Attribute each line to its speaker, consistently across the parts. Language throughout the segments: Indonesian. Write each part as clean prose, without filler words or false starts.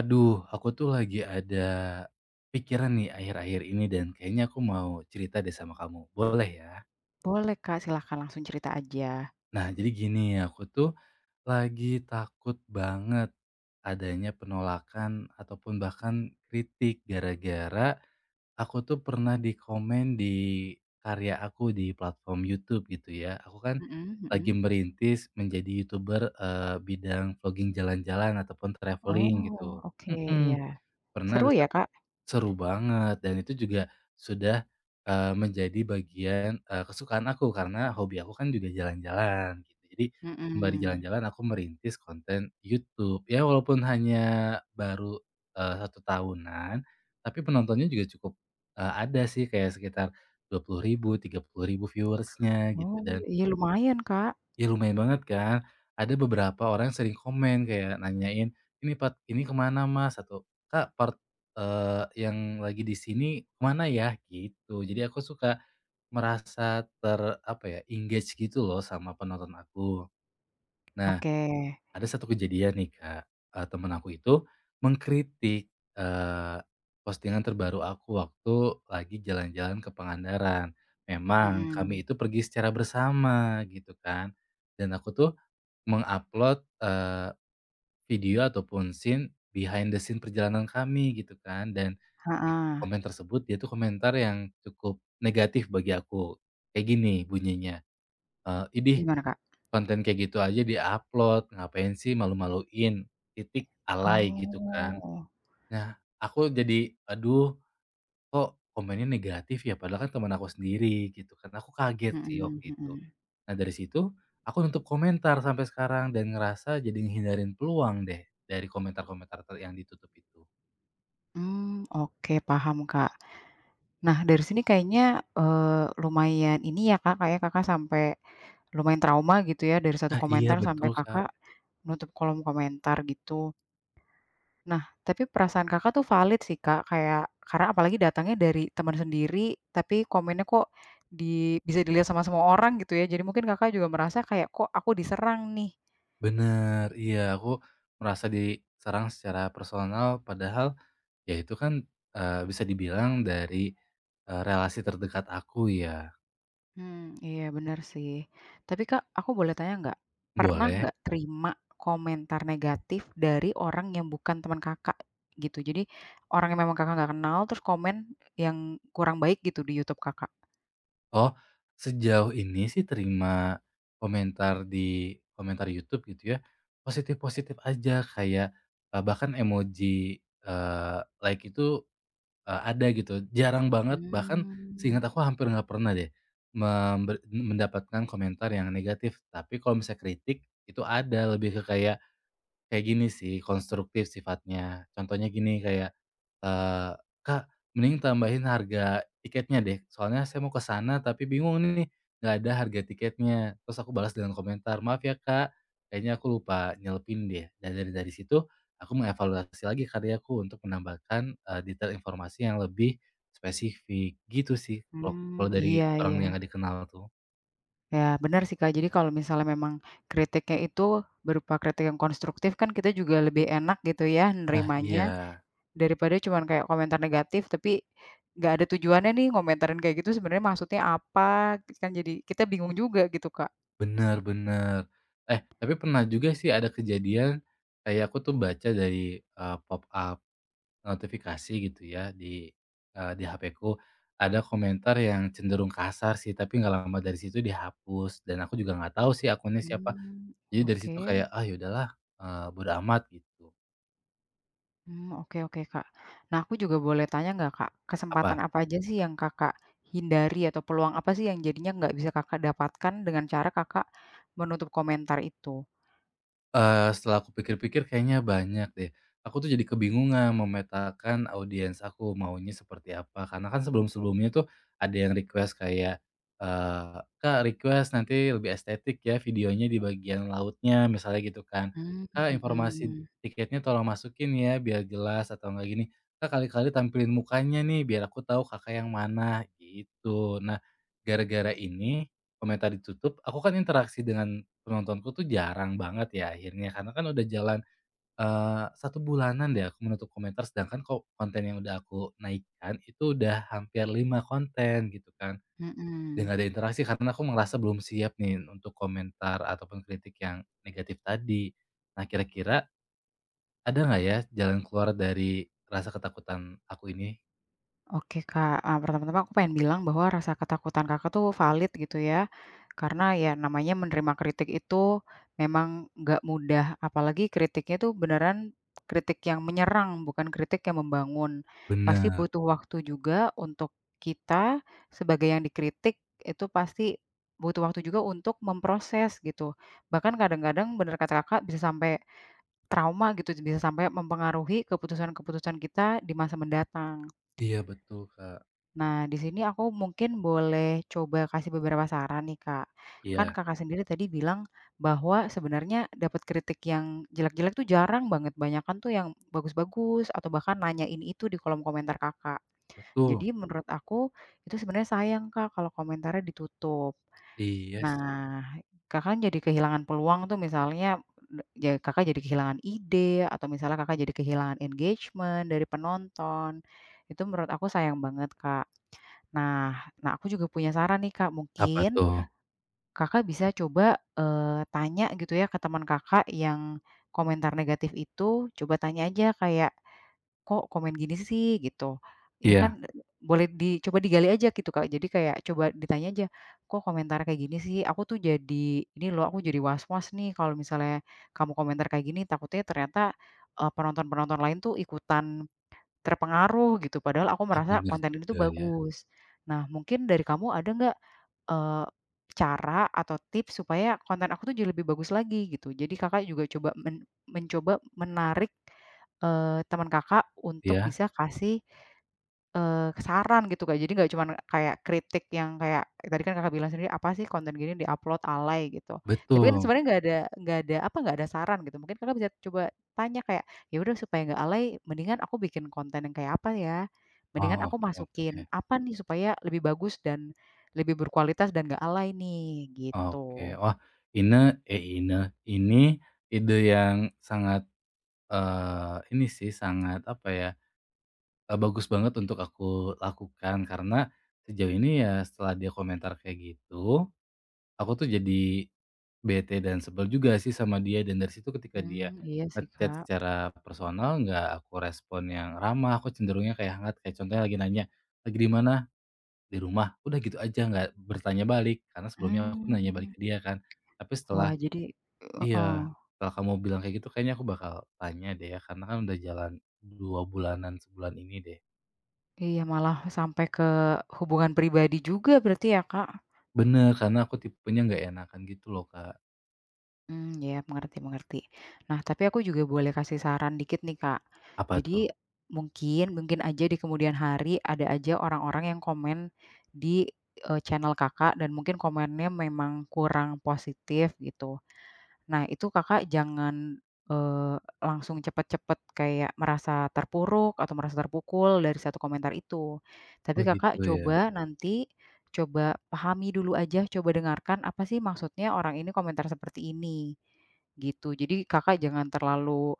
Speaker 1: Aduh, aku tuh lagi ada pikiran nih akhir-akhir ini dan kayaknya aku mau cerita deh sama kamu. Boleh ya?
Speaker 2: Boleh Kak, silahkan langsung cerita aja.
Speaker 1: Nah, jadi gini, aku tuh lagi takut banget adanya penolakan ataupun bahkan kritik gara-gara aku tuh pernah dikomen di karya aku di platform YouTube gitu ya. Aku kan
Speaker 2: Mhm mhm.
Speaker 1: lagi merintis menjadi YouTuber bidang vlogging jalan-jalan ataupun traveling
Speaker 2: Oh,
Speaker 1: gitu.
Speaker 2: oke, iya.
Speaker 1: Mm-mm. Pernah
Speaker 2: Seru
Speaker 1: ada
Speaker 2: ya Kak?
Speaker 1: Seru banget dan itu juga sudah, menjadi bagian, kesukaan aku karena hobi aku kan juga jalan-jalan gitu. Jadi sembari
Speaker 2: Mhm.
Speaker 1: jalan-jalan aku merintis konten YouTube. Ya walaupun hanya baru, 1 tahunan, tapi penontonnya juga cukup, ada sih kayak sekitar 20.000 30.000 viewersnya gitu.
Speaker 2: Oh,
Speaker 1: Dan
Speaker 2: iya lumayan Kak.
Speaker 1: ya, lumayan banget kan, ada beberapa orang yang sering komen kayak nanyain, "Ini part ini kemana Mas?" Atau, "Kak part, yang lagi di sini kemana ya?" Gitu. Jadi aku suka merasa apa ya, engage gitu loh sama penonton aku. Nah,
Speaker 2: Oke.
Speaker 1: ada satu kejadian nih Kak, temen aku itu mengkritik, eee, postingan terbaru aku waktu lagi jalan-jalan ke Pangandaran. Memang kami
Speaker 2: Mhm.
Speaker 1: itu pergi secara bersama gitu kan, dan aku tuh mengupload video ataupun scene behind the scene perjalanan kami gitu kan. Dan di
Speaker 2: Heeh,
Speaker 1: komen tersebut dia tuh komentar yang cukup negatif bagi aku. Kayak gini bunyinya, "Idih,
Speaker 2: gimana Kak?
Speaker 1: konten kayak gitu aja diupload ngapain sih, malu-maluin, titik alay," gitu kan.
Speaker 2: Oh.
Speaker 1: Nah, aku jadi, aduh, kok komennya negatif ya? Padahal kan teman aku sendiri gitu kan. Aku kaget sih
Speaker 2: Mhm
Speaker 1: waktu itu.
Speaker 2: mhm.
Speaker 1: Nah dari situ aku nutup komentar sampai sekarang dan ngerasa jadi ngehindarin peluang deh dari komentar-komentar yang ditutup itu.
Speaker 2: Mmm, oke paham Kak. Nah dari sini kayaknya, lumayan ini ya Kak, kayaknya Kakak sampai lumayan trauma gitu ya dari satu
Speaker 1: Ah iya
Speaker 2: komentar sampai
Speaker 1: betul Kak,
Speaker 2: Kakak nutup kolom komentar gitu. Nah, tapi perasaan Kakak tuh valid sih, Kak, kayak karena apalagi datangnya dari teman sendiri, tapi komennya kok di bisa dilihat sama semua orang gitu ya. Jadi mungkin Kakak juga merasa kayak, "Kok aku diserang nih?"
Speaker 1: bener, iya aku merasa diserang secara personal, padahal ya itu kan, bisa dibilang dari, relasi terdekat aku ya.
Speaker 2: Hmm, iya benar sih. Tapi Kak, aku boleh tanya nggak? Pernah
Speaker 1: Boleh?
Speaker 2: nggak terima komentar negatif dari orang yang bukan teman Kakak gitu? Jadi orang yang memang Kakak nggak kenal terus komen yang kurang baik gitu di YouTube Kakak?
Speaker 1: Oh, sejauh ini sih terima komentar di komentar YouTube gitu ya, positif-positif aja kayak, bahkan emoji, like itu, ada gitu. Jarang banget, bahkan
Speaker 2: Hmm,
Speaker 1: seingat aku hampir nggak pernah deh mendapatkan komentar yang negatif. Tapi kalau misalnya kritik, itu ada, lebih ke kayak Kayak gini sih, konstruktif sifatnya. Contohnya gini kayak, eee, "Kak, mending tambahin harga tiketnya deh, soalnya saya mau ke sana tapi bingung nih, nggak ada harga tiketnya." Terus aku balas dengan komentar, "Maaf ya Kak, kayaknya aku lupa nyelipin deh." Dan dari situ, aku mengevaluasi lagi karyaku untuk menambahkan, detail informasi yang lebih spesifik. Gitu sih, kalau
Speaker 2: mmm,
Speaker 1: kalau dari
Speaker 2: iya
Speaker 1: orang
Speaker 2: iya.
Speaker 1: yang nggak dikenal tuh.
Speaker 2: Ya, benar sih, Kak. Jadi kalau misalnya memang kritiknya itu berupa kritik yang konstruktif kan kita juga lebih enak gitu ya
Speaker 1: Nah
Speaker 2: nerimanya,
Speaker 1: iya.
Speaker 2: daripada cuman kayak komentar negatif tapi nggak ada tujuannya nih ngomentarin kayak gitu sebenarnya maksudnya apa, kan jadi kita bingung juga gitu, Kak.
Speaker 1: Bener bener. Eh, tapi pernah juga sih ada kejadian, kayak aku tuh baca dari, pop-up notifikasi gitu ya di, HP-ku, ada komentar yang cenderung kasar sih, tapi nggak lama dari situ dihapus, dan aku juga nggak tahu sih akunnya siapa.
Speaker 2: Mmm,
Speaker 1: Jadi dari
Speaker 2: oke.
Speaker 1: situ kayak, "Ah, yaudahlah, bodo amat," gitu.
Speaker 2: Mmm, oke oke, Kak. Nah, aku juga boleh tanya nggak, Kak, kesempatan
Speaker 1: Apa?
Speaker 2: apa aja sih yang Kakak hindari atau peluang apa sih yang jadinya nggak bisa Kakak dapatkan dengan cara Kakak menutup komentar itu?
Speaker 1: Setelah aku pikir-pikir kayaknya banyak deh. Aku tuh jadi kebingungan memetakan audiens aku maunya seperti apa, karena kan sebelum-sebelumnya tuh ada yang request kayak, eee, "Kak, request nanti lebih estetik ya videonya di bagian lautnya," misalnya gitu kan.
Speaker 2: Mmm,
Speaker 1: "Kak, informasi
Speaker 2: mhm.
Speaker 1: tiketnya tolong masukin ya biar jelas," atau enggak gini, "Kak, kali-kali tampilin mukanya nih biar aku tahu Kakak yang mana," gitu. Nah, gara-gara ini komentar ditutup, aku kan interaksi dengan penontonku tuh jarang banget ya akhirnya, karena kan udah jalan, 1 bulanan deh aku menutup komentar, sedangkan kok konten yang udah aku naikkan itu udah hampir 5 konten gitu kan, dan
Speaker 2: Mhm.
Speaker 1: nggak ada interaksi karena aku merasa belum siap nih untuk komentar ataupun kritik yang negatif tadi. Nah kira-kira ada nggak ya jalan keluar dari rasa ketakutan aku ini?
Speaker 2: Oke, Kak, pertama-tama aku pengen bilang bahwa rasa ketakutan Kakak tuh valid gitu ya, karena ya namanya menerima kritik itu memang nggak mudah, apalagi kritiknya tuh beneran kritik yang menyerang, bukan kritik yang membangun. Pasti
Speaker 1: Benar.
Speaker 2: butuh waktu juga untuk kita sebagai yang dikritik, itu pasti butuh waktu juga untuk memproses gitu. Bahkan kadang-kadang bener kata Kakak bisa sampai trauma gitu, bisa sampai mempengaruhi keputusan-keputusan kita di masa mendatang.
Speaker 1: Iya betul Kak,
Speaker 2: Nah, di sini aku mungkin boleh coba kasih beberapa saran nih, Kak. Kan
Speaker 1: iya
Speaker 2: Kakak sendiri tadi bilang bahwa sebenarnya dapat kritik yang jelek-jelek tuh jarang banget, banyakan tuh yang bagus-bagus atau bahkan nanyain itu di kolom komentar Kakak.
Speaker 1: betul,
Speaker 2: Jadi menurut aku itu sebenarnya sayang, Kak, kalau komentarnya ditutup.
Speaker 1: iya
Speaker 2: Nah, Kakak jadi kehilangan peluang tuh misalnya ya Kakak jadi kehilangan ide atau misalnya Kakak jadi kehilangan engagement dari penonton. Itu menurut aku sayang banget, Kak. Nah nah aku juga punya saran nih, Kak,
Speaker 1: apa
Speaker 2: mungkin
Speaker 1: tuh?
Speaker 2: Kakak bisa coba, tanya gitu ya ke teman Kakak yang komentar negatif itu, coba tanya aja kayak, "Kok komen gini sih?" Gitu. Ini
Speaker 1: Iya,
Speaker 2: kan boleh dicoba digali aja gitu, Kak. Jadi kayak coba ditanya aja, "Kok komentar kayak gini sih? Aku tuh jadi ini loh, aku jadi was-was nih kalau misalnya kamu komentar kayak gini, takutnya ternyata, penonton-penonton lain tuh ikutan terpengaruh gitu, padahal aku
Speaker 1: ah,
Speaker 2: merasa
Speaker 1: bener
Speaker 2: konten ini tuh
Speaker 1: juga ya,
Speaker 2: bagus. Nah, mungkin dari kamu ada nggak, eee, cara atau tips supaya konten aku tuh jadi lebih bagus lagi gitu? Jadi Kakak juga coba mencoba menarik, teman Kakak untuk
Speaker 1: iya,
Speaker 2: bisa kasih saran gitu Kak, jadi nggak cuman kayak kritik yang kayak tadi kan Kakak bilang sendiri, "Apa sih konten gini di-upload, alay," gitu. Tapi kan
Speaker 1: betul.
Speaker 2: sebenarnya nggak ada saran gitu, mungkin Kakak bisa coba tanya kayak, "Ya udah supaya nggak alay, mendingan aku bikin konten yang kayak apa ya? Mendingan
Speaker 1: Oh,
Speaker 2: aku
Speaker 1: oke
Speaker 2: masukin
Speaker 1: oke
Speaker 2: apa nih supaya lebih bagus dan lebih berkualitas dan nggak alay nih?" Gitu.
Speaker 1: oke. Wah, ini eh, ini ide yang sangat, ini sih, sangat apa ya, bagus banget untuk aku lakukan karena sejauh ini ya setelah dia komentar kayak gitu, aku tuh jadi bete dan sebel juga sih sama dia. Dan dari situ ketika
Speaker 2: Mmm,
Speaker 1: dia
Speaker 2: iya sih
Speaker 1: ngechat
Speaker 2: Kak.
Speaker 1: secara personal, nggak aku respon yang ramah, aku cenderungnya kayak hangat, kayak contohnya lagi nanya, "Lagi di mana?" Di rumah, udah gitu aja, nggak bertanya balik, karena sebelumnya aku nanya
Speaker 2: Mmm.
Speaker 1: balik ke dia kan. Tapi
Speaker 2: Wah
Speaker 1: setelah
Speaker 2: jadi heeh.
Speaker 1: iya, setelah kamu bilang kayak gitu kayaknya aku bakal tanya deh ya, karena kan udah jalan 2 bulanan, sebulan ini deh.
Speaker 2: Iya malah sampai ke hubungan pribadi juga berarti ya Kak?
Speaker 1: Bener, karena aku tipenya nggak enakan gitu loh, Kak.
Speaker 2: Hmm, ya, mengerti mengerti. Nah, tapi aku juga boleh kasih saran dikit nih, Kak.
Speaker 1: Apa tuh?
Speaker 2: Jadi, mungkin mungkin aja di kemudian hari ada aja orang-orang yang komen di channel Kakak dan mungkin komennya memang kurang positif gitu. Nah, itu Kakak jangan, langsung cepet-cepet kayak merasa terpuruk atau merasa terpukul dari satu komentar itu. Tapi
Speaker 1: Oh
Speaker 2: Kakak
Speaker 1: gitu ya?
Speaker 2: coba nanti, coba pahami dulu aja, coba dengarkan apa sih maksudnya orang ini komentar seperti ini, gitu. Jadi Kakak jangan terlalu,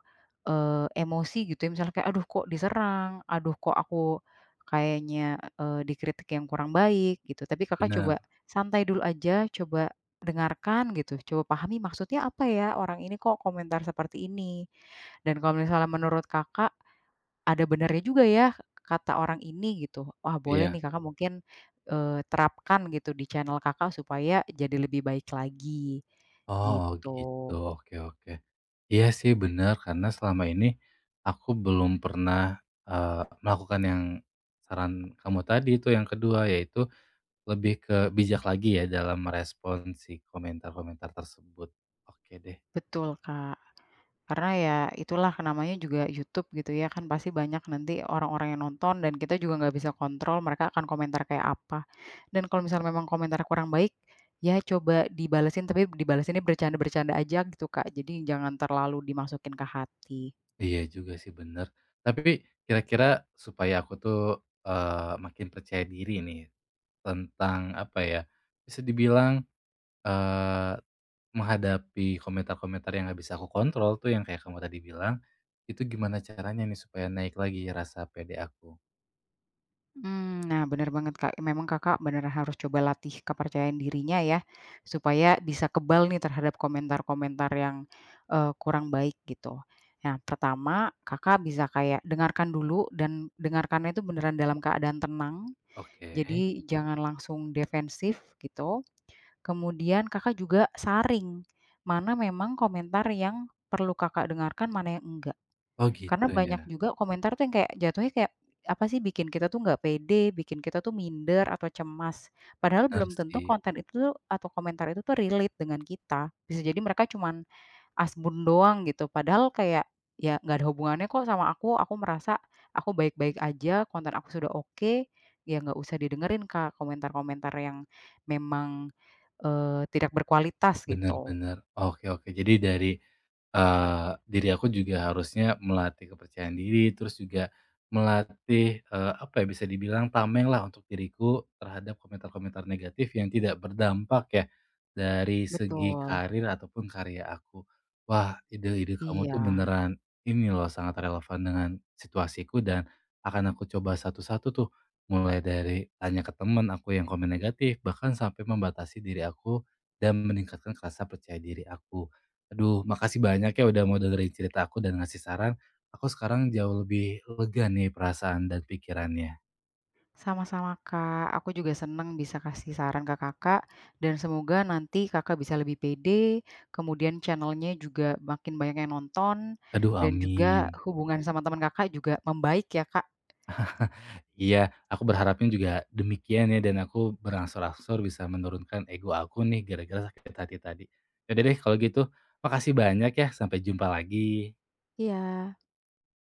Speaker 2: emosi gitu ya, misalnya kayak, "Aduh kok diserang, aduh kok aku kayaknya, dikritik yang kurang baik," gitu. Tapi Kakak
Speaker 1: Bener,
Speaker 2: coba santai dulu aja, coba dengarkan gitu, coba pahami maksudnya apa ya orang ini kok komentar seperti ini. Dan kalau misalnya menurut Kakak, ada benarnya juga ya kata orang ini gitu. Wah boleh
Speaker 1: iya.
Speaker 2: nih Kakak mungkin, terapkan gitu di channel Kakak supaya jadi lebih baik lagi,
Speaker 1: Oh gitu,
Speaker 2: gitu.
Speaker 1: oke oke. Iya sih bener, karena selama ini aku belum pernah, melakukan yang saran kamu tadi itu yang kedua, yaitu lebih ke bijak lagi ya dalam merespon si komentar-komentar tersebut. Oke deh,
Speaker 2: Betul, Kak. Karena ya itulah kan namanya juga YouTube gitu ya kan pasti banyak nanti orang-orang yang nonton dan kita juga nggak bisa kontrol mereka akan komentar kayak apa. Dan kalau misalnya memang komentarnya kurang baik, ya coba dibalesin tapi dibalesinnya bercanda-bercanda aja gitu Kak, jadi jangan terlalu dimasukin ke hati.
Speaker 1: iya juga sih bener. Tapi kira-kira supaya aku tuh, makin percaya diri nih tentang apa ya, bisa dibilang, eee, menghadapi komentar-komentar yang nggak bisa aku kontrol tuh yang kayak kamu tadi bilang, itu gimana caranya nih supaya naik lagi rasa pede aku?
Speaker 2: Mmm, nah bener banget, Kak. Memang Kakak bener harus coba latih kepercayaan dirinya ya, supaya bisa kebal nih terhadap komentar-komentar yang, kurang baik gitu. Nah pertama, Kakak bisa kayak dengarkan dulu dan dengarkannya itu beneran dalam keadaan tenang,
Speaker 1: Oke.
Speaker 2: jadi jangan langsung defensif gitu. Kemudian Kakak juga saring, mana memang komentar yang perlu Kakak dengarkan, mana yang enggak.
Speaker 1: Oh
Speaker 2: Karena
Speaker 1: gitu
Speaker 2: banyak
Speaker 1: ya?
Speaker 2: juga komentar tuh yang kayak jatuhnya kayak, apa sih bikin kita tuh nggak pede, bikin kita tuh minder atau cemas. Padahal
Speaker 1: Bener
Speaker 2: belum tentu
Speaker 1: sih,
Speaker 2: konten itu tuh atau komentar itu tuh relate dengan kita. Bisa jadi mereka cuman asbun doang gitu, padahal kayak, ya nggak ada hubungannya kok sama aku merasa aku baik-baik aja, konten aku sudah oke, ya nggak usah didengerin, Kak, komentar-komentar yang memang, tidak berkualitas
Speaker 1: bener
Speaker 2: gitu.
Speaker 1: bener. Oke oke, jadi dari diri aku juga harusnya melatih kepercayaan diri, terus juga melatih, apa ya, bisa dibilang tameng lah untuk diriku terhadap komentar-komentar negatif yang tidak berdampak ya, dari segi
Speaker 2: Betul,
Speaker 1: karir ataupun karya aku. Wah, ide-ide kamu tuh
Speaker 2: iya.
Speaker 1: beneran ini loh, sangat relevan dengan situasiku dan akan aku coba satu-satu tuh, mulai dari tanya ke teman aku yang komen negatif, bahkan sampai membatasi diri aku dan meningkatkan rasa percaya diri aku. Aduh, makasih banyak ya udah mau dengerin cerita aku dan ngasih saran. Aku sekarang jauh lebih lega nih perasaan dan pikirannya.
Speaker 2: Sama-sama, Kak. Aku juga senang bisa kasih saran ke Kakak, dan semoga nanti Kakak bisa lebih pede, kemudian channelnya juga makin banyak yang nonton,
Speaker 1: Aduh,
Speaker 2: dan juga
Speaker 1: amin.
Speaker 2: hubungan sama teman Kakak juga membaik ya, Kak.
Speaker 1: Iya, aku berharapnya juga demikian ya dan aku berangsur-angsur bisa menurunkan ego aku nih gara-gara sakit hati tadi. Yaudah deh kalau gitu, makasih banyak ya. Sampai jumpa lagi.
Speaker 2: Iya.